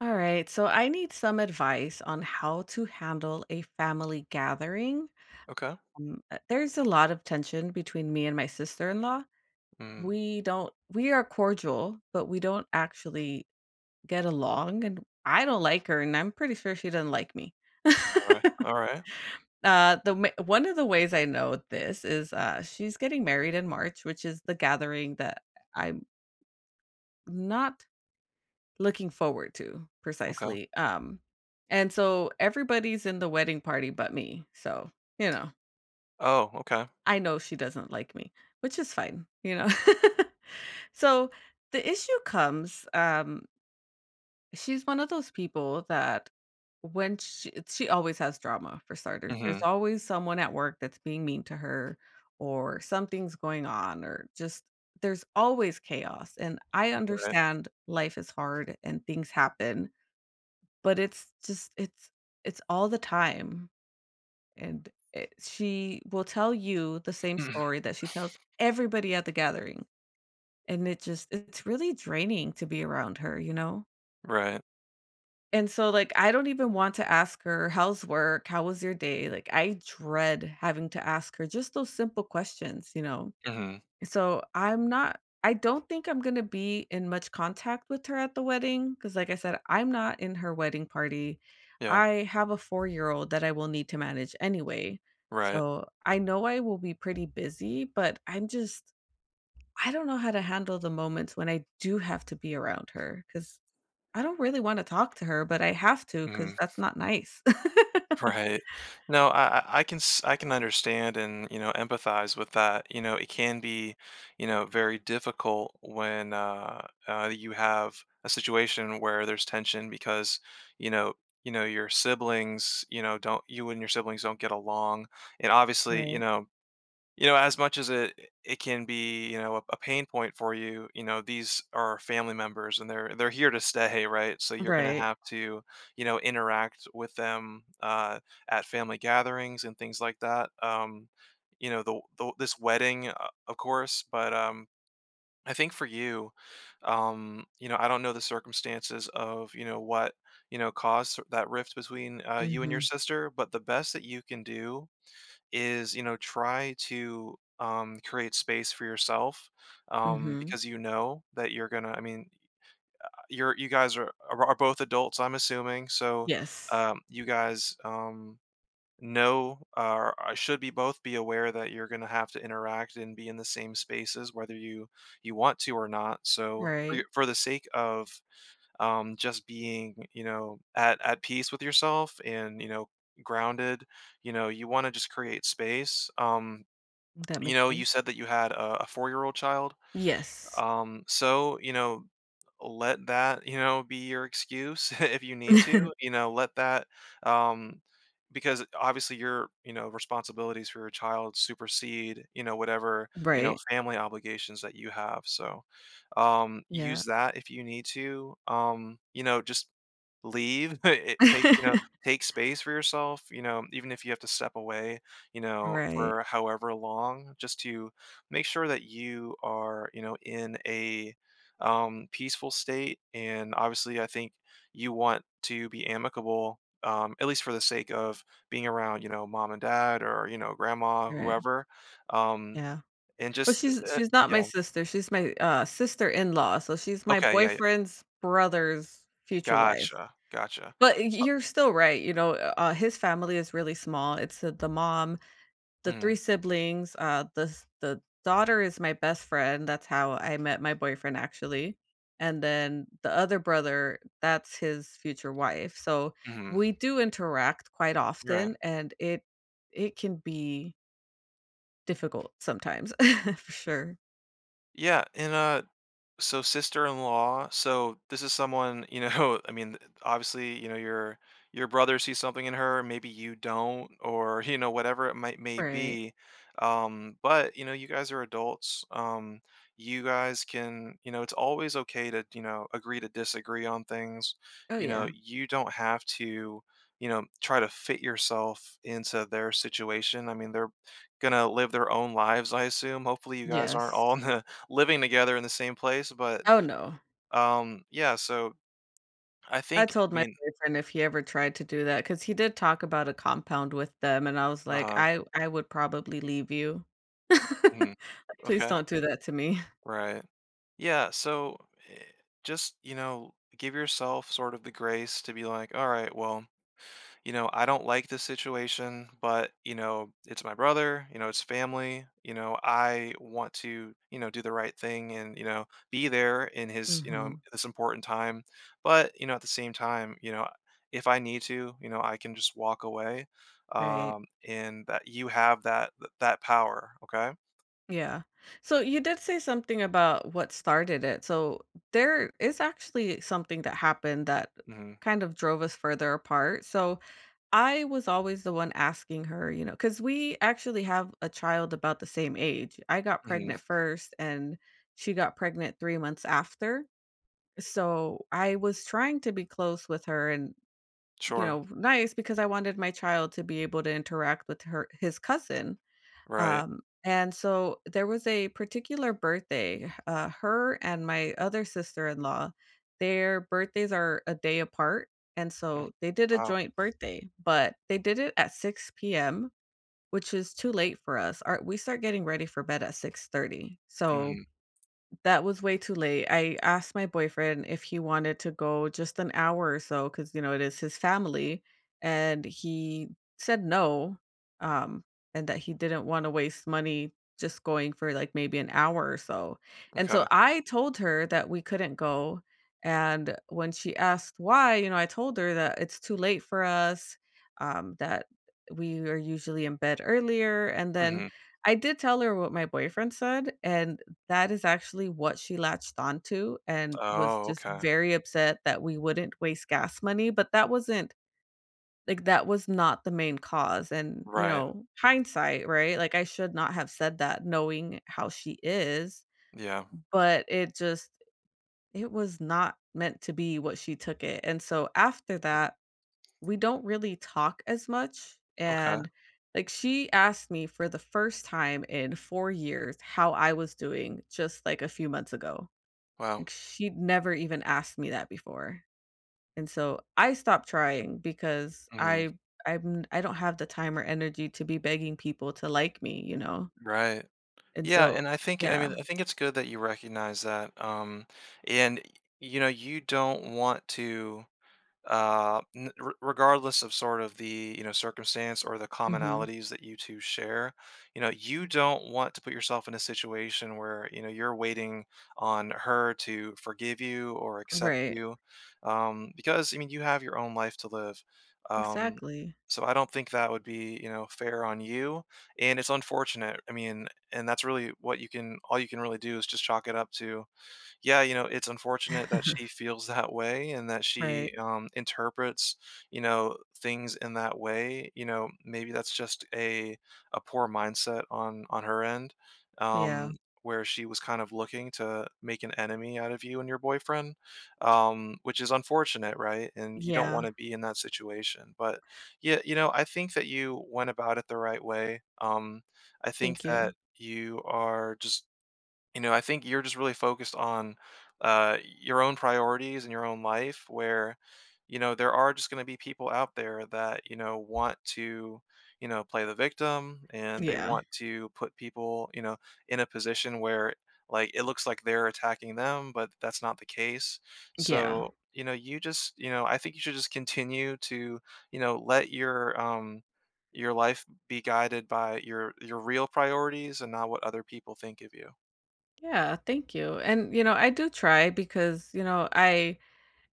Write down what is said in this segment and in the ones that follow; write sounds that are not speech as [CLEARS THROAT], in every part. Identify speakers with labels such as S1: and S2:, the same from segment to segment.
S1: All right, so I need some advice on how to handle a family gathering.
S2: Okay.
S1: There's a lot of tension between me and my sister-in-law.
S2: Mm.
S1: We don't We are cordial, but we don't actually get along, and I don't like her, and I'm pretty sure she doesn't like me. [LAUGHS]
S2: Alright. Alright.
S1: One of the ways I know this is she's getting married in March, which is the gathering that I'm not looking forward to
S2: Okay.
S1: precisely. And so everybody's in the wedding party but me. So, you know,
S2: Oh, okay.
S1: I know she doesn't like me, which is fine, you know. [LAUGHS] So the issue comes. She's one of those people that she always has drama for starters. There's
S2: Mhm.
S1: always someone at work that's being mean to her, or something's going on, or just there's always chaos. And I
S2: Right.
S1: understand life is hard and things happen. But it's just it's all the time, and it she will tell you the same story
S2: [CLEARS THROAT]
S1: that she tells everybody at the gathering, and it's really draining to be around her, you know?
S2: Right.
S1: And so, like, I don't even want to ask her, "How's work? How was your day?" Like, I dread having to ask her just those simple questions, you know?
S2: Mhm.
S1: So I don't think I'm gonna be in much contact with her at the wedding because, like I said, I'm not in her wedding party.
S2: Yeah.
S1: I have a four-year-old that I will need to manage anyway.
S2: Right.
S1: So I know I will be pretty busy, but I don't know how to handle the moments when I do have to be around her because I don't really wanna talk to her, but I have to because
S2: Mhm.
S1: that's not nice. [LAUGHS]
S2: [LAUGHS] Right. No, I can s I can understand and, you know, empathize with that. You know, it can be, you know, very difficult when, you have a situation where there's tension because, you know you know, your siblings, you know, don't you and your siblings don't get along, and obviously, you
S1: Right.
S2: know. You know, as much as it can be, you know, a pain point for you, you know, these are family members and they're here to stay, right? So you're going to
S1: Right.
S2: have to, you know, interact with them, at family gatherings and things like that. You know, the this wedding, of course, but I think for you, you know, I don't know the circumstances of, you know, what, you know, caused that rift between, you and your
S1: Mhm.
S2: sister, but the best that you can do is, you know, try to, create space for yourself,
S1: Mhm.
S2: because you know that you're gonna. I mean, you're, you guys are both adults, I'm assuming, so,
S1: Yes.
S2: you guys, know, or I should be both be aware that you're gonna have to interact and be in the same spaces whether you, want to or not, so for
S1: Right.
S2: your for the sake of, just being, you know, at peace with yourself and, you know, grounded. You know, you wanna just create space.
S1: That
S2: You
S1: makes
S2: know, you
S1: sense.
S2: said that you had a four-year-old child.
S1: Yes.
S2: So, you know, let that, you know, be your excuse [LAUGHS] if you need to, you
S1: [LAUGHS]
S2: know, let that, um, because obviously your, you know, responsibilities for your child supersede, you know, whatever, you know,
S1: Right.
S2: family obligations that you have. So,
S1: Yeah.
S2: use that if you need to. You know, just leave, [LAUGHS] it, take, you know,
S1: [LAUGHS]
S2: take space for yourself, you know, even if you have to step away, you know,
S1: Right.
S2: for however long, just to make sure that you are, you know, in a, peaceful state. And obviously, I think you want to be amicable, at least for the sake of being around, you know, mom and dad or, you know, grandma,
S1: Right.
S2: whoever. Um,
S1: Yeah.
S2: and
S1: Well,
S2: just, uh,
S1: she's not
S2: yeah.
S1: my sister. She's my, sister-in-law, so she's my
S2: Okay. Yeah. Yeah.
S1: boyfriend's brother's future wife.
S2: Gotcha. Gotcha.
S1: But y
S2: Uh,
S1: you're still right, you know. His family is really small. It's, the mom, the 3
S2: mm,
S1: siblings, the daughter is my best friend. That's how I met my boyfriend, actually, and then the other brother, that's his future wife, so
S2: mhm.
S1: we do interact quite
S2: Right.
S1: often, and it can be difficult sometimes, [LAUGHS] for sure.
S2: Yeah. And, so sister-in-law, so this is someone, you know, [LAUGHS] I mean, obviously, you know, your brother sees something in her, maybe you don't, or, you know, whatever it might may
S1: Right.
S2: be. But you know, you guys are adults. You guys can, you know, it's always okay to, you know, agree to disagree on things.
S1: Oh,
S2: You know,
S1: yeah.
S2: you don't have to, you know, try to fit yourself into their situation. I mean, they're gonna live their own lives, I assume. Hopefully, you guys aren't
S1: Yes.
S2: all in the living together in the same place, but,
S1: Oh, no.
S2: yeah, so I
S1: I
S2: think, I
S1: told my
S2: mean.
S1: boyfriend if he ever tried to do that, because he did talk about a compound with them, and I was like,
S2: Uh-huh.
S1: I would probably leave you. [LAUGHS]
S2: Mhm.
S1: Like, please
S2: Okay.
S1: don't do that to me."
S2: Right. Yeah, so, eh, just, you know, give yourself sort of the grace to be like, "Alright, well, you know, I don't like this situation, but, you know, it's my brother, you know, it's family, you know, I want to, you know, do the right thing and, you know, be there in his, you know,
S1: Mhm,
S2: this important time. But, you know, at the same time, you know, if I need to, you know, I can just walk away."
S1: right.
S2: And that you have that that power, okay?
S1: Yeah. So you did say something about what started it. So there is actually something that happened that
S2: Hmm.
S1: kind of drove us further apart. So I was always the one asking her, you know, because we actually have a child about the same age. I got
S2: Hmm.
S1: pregnant first, and she got pregnant 3 months after. So I was trying to be close with her and, you
S2: Sure.
S1: know, nice because I wanted my child to be able to interact with her, his cousin.
S2: Right.
S1: And so there was a particular birthday. Her and my other sister in law, their birthdays are a day apart. And
S2: Mm.
S1: so they did a
S2: Wow.
S1: joint birthday, but they did it at 6 p.m., which is too late for us. We start getting ready for bed at 6:30. So
S2: Hmm.
S1: that was way too late. I asked my boyfriend if he wanted to go just an hour or so because, you know, it is his family. And he said no. um, and that he didn't want to waste money just going for like maybe an hour or so. And so
S2: Okay.
S1: I told her that we couldn't go. And when she asked why, you know, I told her that it's too late for us. That we are usually in bed earlier. And then
S2: Hmm.
S1: I did tell her what my boyfriend said. And that is actually what she latched onto, and was
S2: Oh,
S1: just
S2: okay.
S1: very upset that we wouldn't waste gas money, but that wasn't that was not the main cause. And, you
S2: Right.
S1: know, hindsight, right? Like, I should not have said that knowing how she is,
S2: Yeah.
S1: but it was not meant to be what she took it, and so after that, we don't really talk as much,
S2: Okay.
S1: and, like, she asked me for the first time in 4 years how I was doing just, like, a few months ago.
S2: Wow.
S1: Like, she'd never even asked me that before, and so I stopped trying because
S2: Hmm.
S1: I don't have the time or energy to be begging people to like me, you know?
S2: Right.
S1: And
S2: Yeah,
S1: so
S2: and I think, I mean,
S1: yeah.
S2: I think it's good that you recognize that. And you know, you don't want to, regardless of sort of the, you know, circumstance or the
S1: Mhm.
S2: commonalities that you two share, you know, you don't want to put yourself in a situation where, you know, you're waiting on her to forgive you or accept
S1: Right.
S2: you, because I mean you have your own life to live, um,
S1: Exactly.
S2: so I don't think that would be, you know, fair on you. And it's unfortunate, I mean, and that's really what you can, all you can really do is just chalk it up to, yeah, you know, it's unfortunate that she
S1: [LAUGHS]
S2: feels that way and that she,
S1: Right.
S2: interprets, you know, things in that way. You know, maybe that's just a poor mindset on her end,
S1: Yeah.
S2: um, where she was kind of looking to make an enemy out of you and your boyfriend, which is unfortunate, right? And you don't
S1: Yeah.
S2: want to be in that situation. But yeah, you know, I think that you went about it the right way. I think
S1: Thank you.
S2: that you are just, you know, I think you're just really focused on, your own priorities and your own life where, you know, there are just gonna be people out there that, you know, want to, you know, play the victim, and they
S1: Yeah.
S2: want to put people, you know, in a position where, like, it looks like they're attacking them, but that's not the case.
S1: Yeah.
S2: So, you know, you just, you know, I think you should just continue to, you know, let your life be guided by your real priorities and not what other people think of you.
S1: Yeah, thank you. And, you know, I do try because, you know,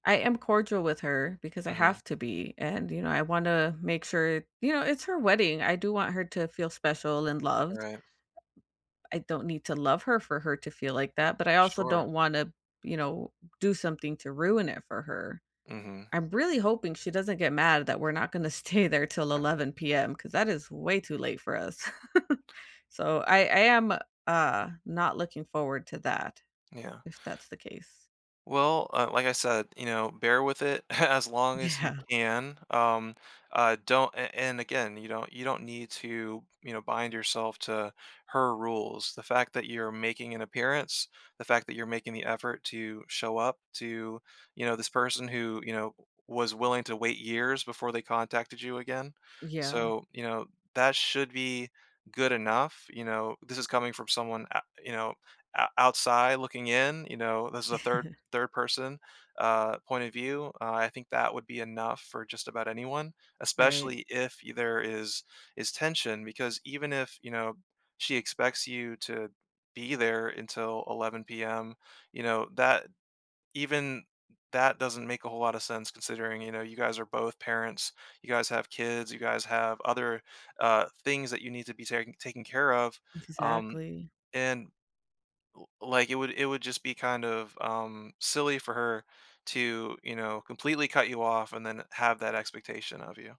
S1: I am cordial with her because I
S2: Mhm.
S1: have to be. And, you know, I want to make sure, you know, it's her wedding. I do want her to feel special and loved.
S2: Right.
S1: I don't need to love her for her to feel like that, but I also
S2: Sure.
S1: don't want to, you know, do something to ruin it for her.
S2: Mhm.
S1: I'm really hoping she doesn't get mad that we're not going to [LAUGHS] stay there till 11 p.m. because that is way too late for us. [LAUGHS] So I am not looking forward to that
S2: Yeah.
S1: if that's the case.
S2: Well, like I said, you know, bear with it [LAUGHS] as long as you
S1: Yeah.
S2: can. Don't, and again, you don't need to, you know, bind yourself to her rules. The fact that you're making an appearance, the fact that you're making the effort to show up to, you know, this person who, you know, was willing to wait years before they contacted you again.
S1: Yeah.
S2: So, you know, that should be good enough. You know, this is coming from someone, you know, outside looking in, you know, this is a
S1: [LAUGHS]
S2: third person, point of view. I think that would be enough for just about anyone,
S1: Right.
S2: especially if there is tension. Because even if, you know, she expects you to be there until 11 p.m., you know that even that doesn't make a whole lot of sense considering, you know, you guys are both parents, you guys have kids, you guys have other, things that you need to be taking taken care of. Um,
S1: Exactly.
S2: and like it would, it would just be kind of, silly for her to, you know, completely cut you off and then have that expectation of you.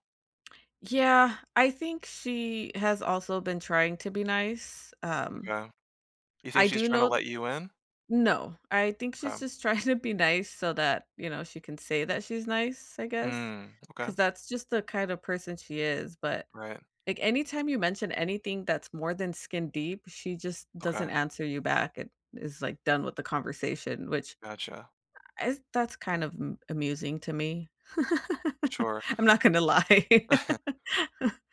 S1: Yeah, I think she has also been trying to be nice.
S2: Okay. You think
S1: I
S2: she's
S1: do
S2: trying to
S1: know.
S2: let you in?
S1: No, I think she's
S2: Okay.
S1: just [LAUGHS] trying to be nice so that, you know, she can say that she's nice, I guess,
S2: Mm, okay.
S1: because that's just the kind of person she is. But,
S2: Right.
S1: like, anytime you mention anything that's more than skin deep, she just
S2: Okay.
S1: doesn't answer you back and is, like, done with the conversation, which
S2: Gotcha.
S1: is that's kind of m amusing to me.
S2: Sure.
S1: [LAUGHS] I'm not gonna lie.
S2: [LAUGHS]
S1: [LAUGHS]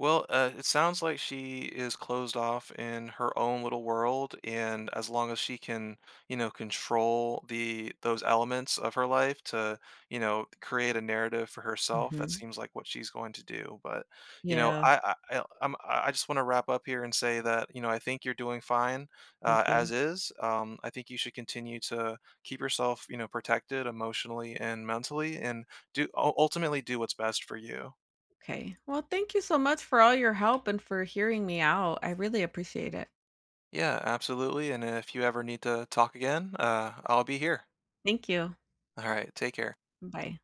S2: Well, it sounds like she is closed off in her own little world, and as long as she can, you know, control the those elements of her life to, you know, create a narrative for herself, that
S1: Mhm.
S2: seems like what she's going to do. But, you know,
S1: Yeah,
S2: I, I just want to wrap up here and say that, you know, I think you're doing fine,
S1: thank
S2: as
S1: you.
S2: is. I think you should continue to keep yourself, you know, protected emotionally and mentally, and do, ultimately do what's best for you.
S1: Okay. Well, thank you so much for all your help and for hearing me out. I really appreciate it.
S2: Yeah, absolutely. And if you ever need to talk again, I'll be here.
S1: Thank you.
S2: All right, take care.
S1: Bye.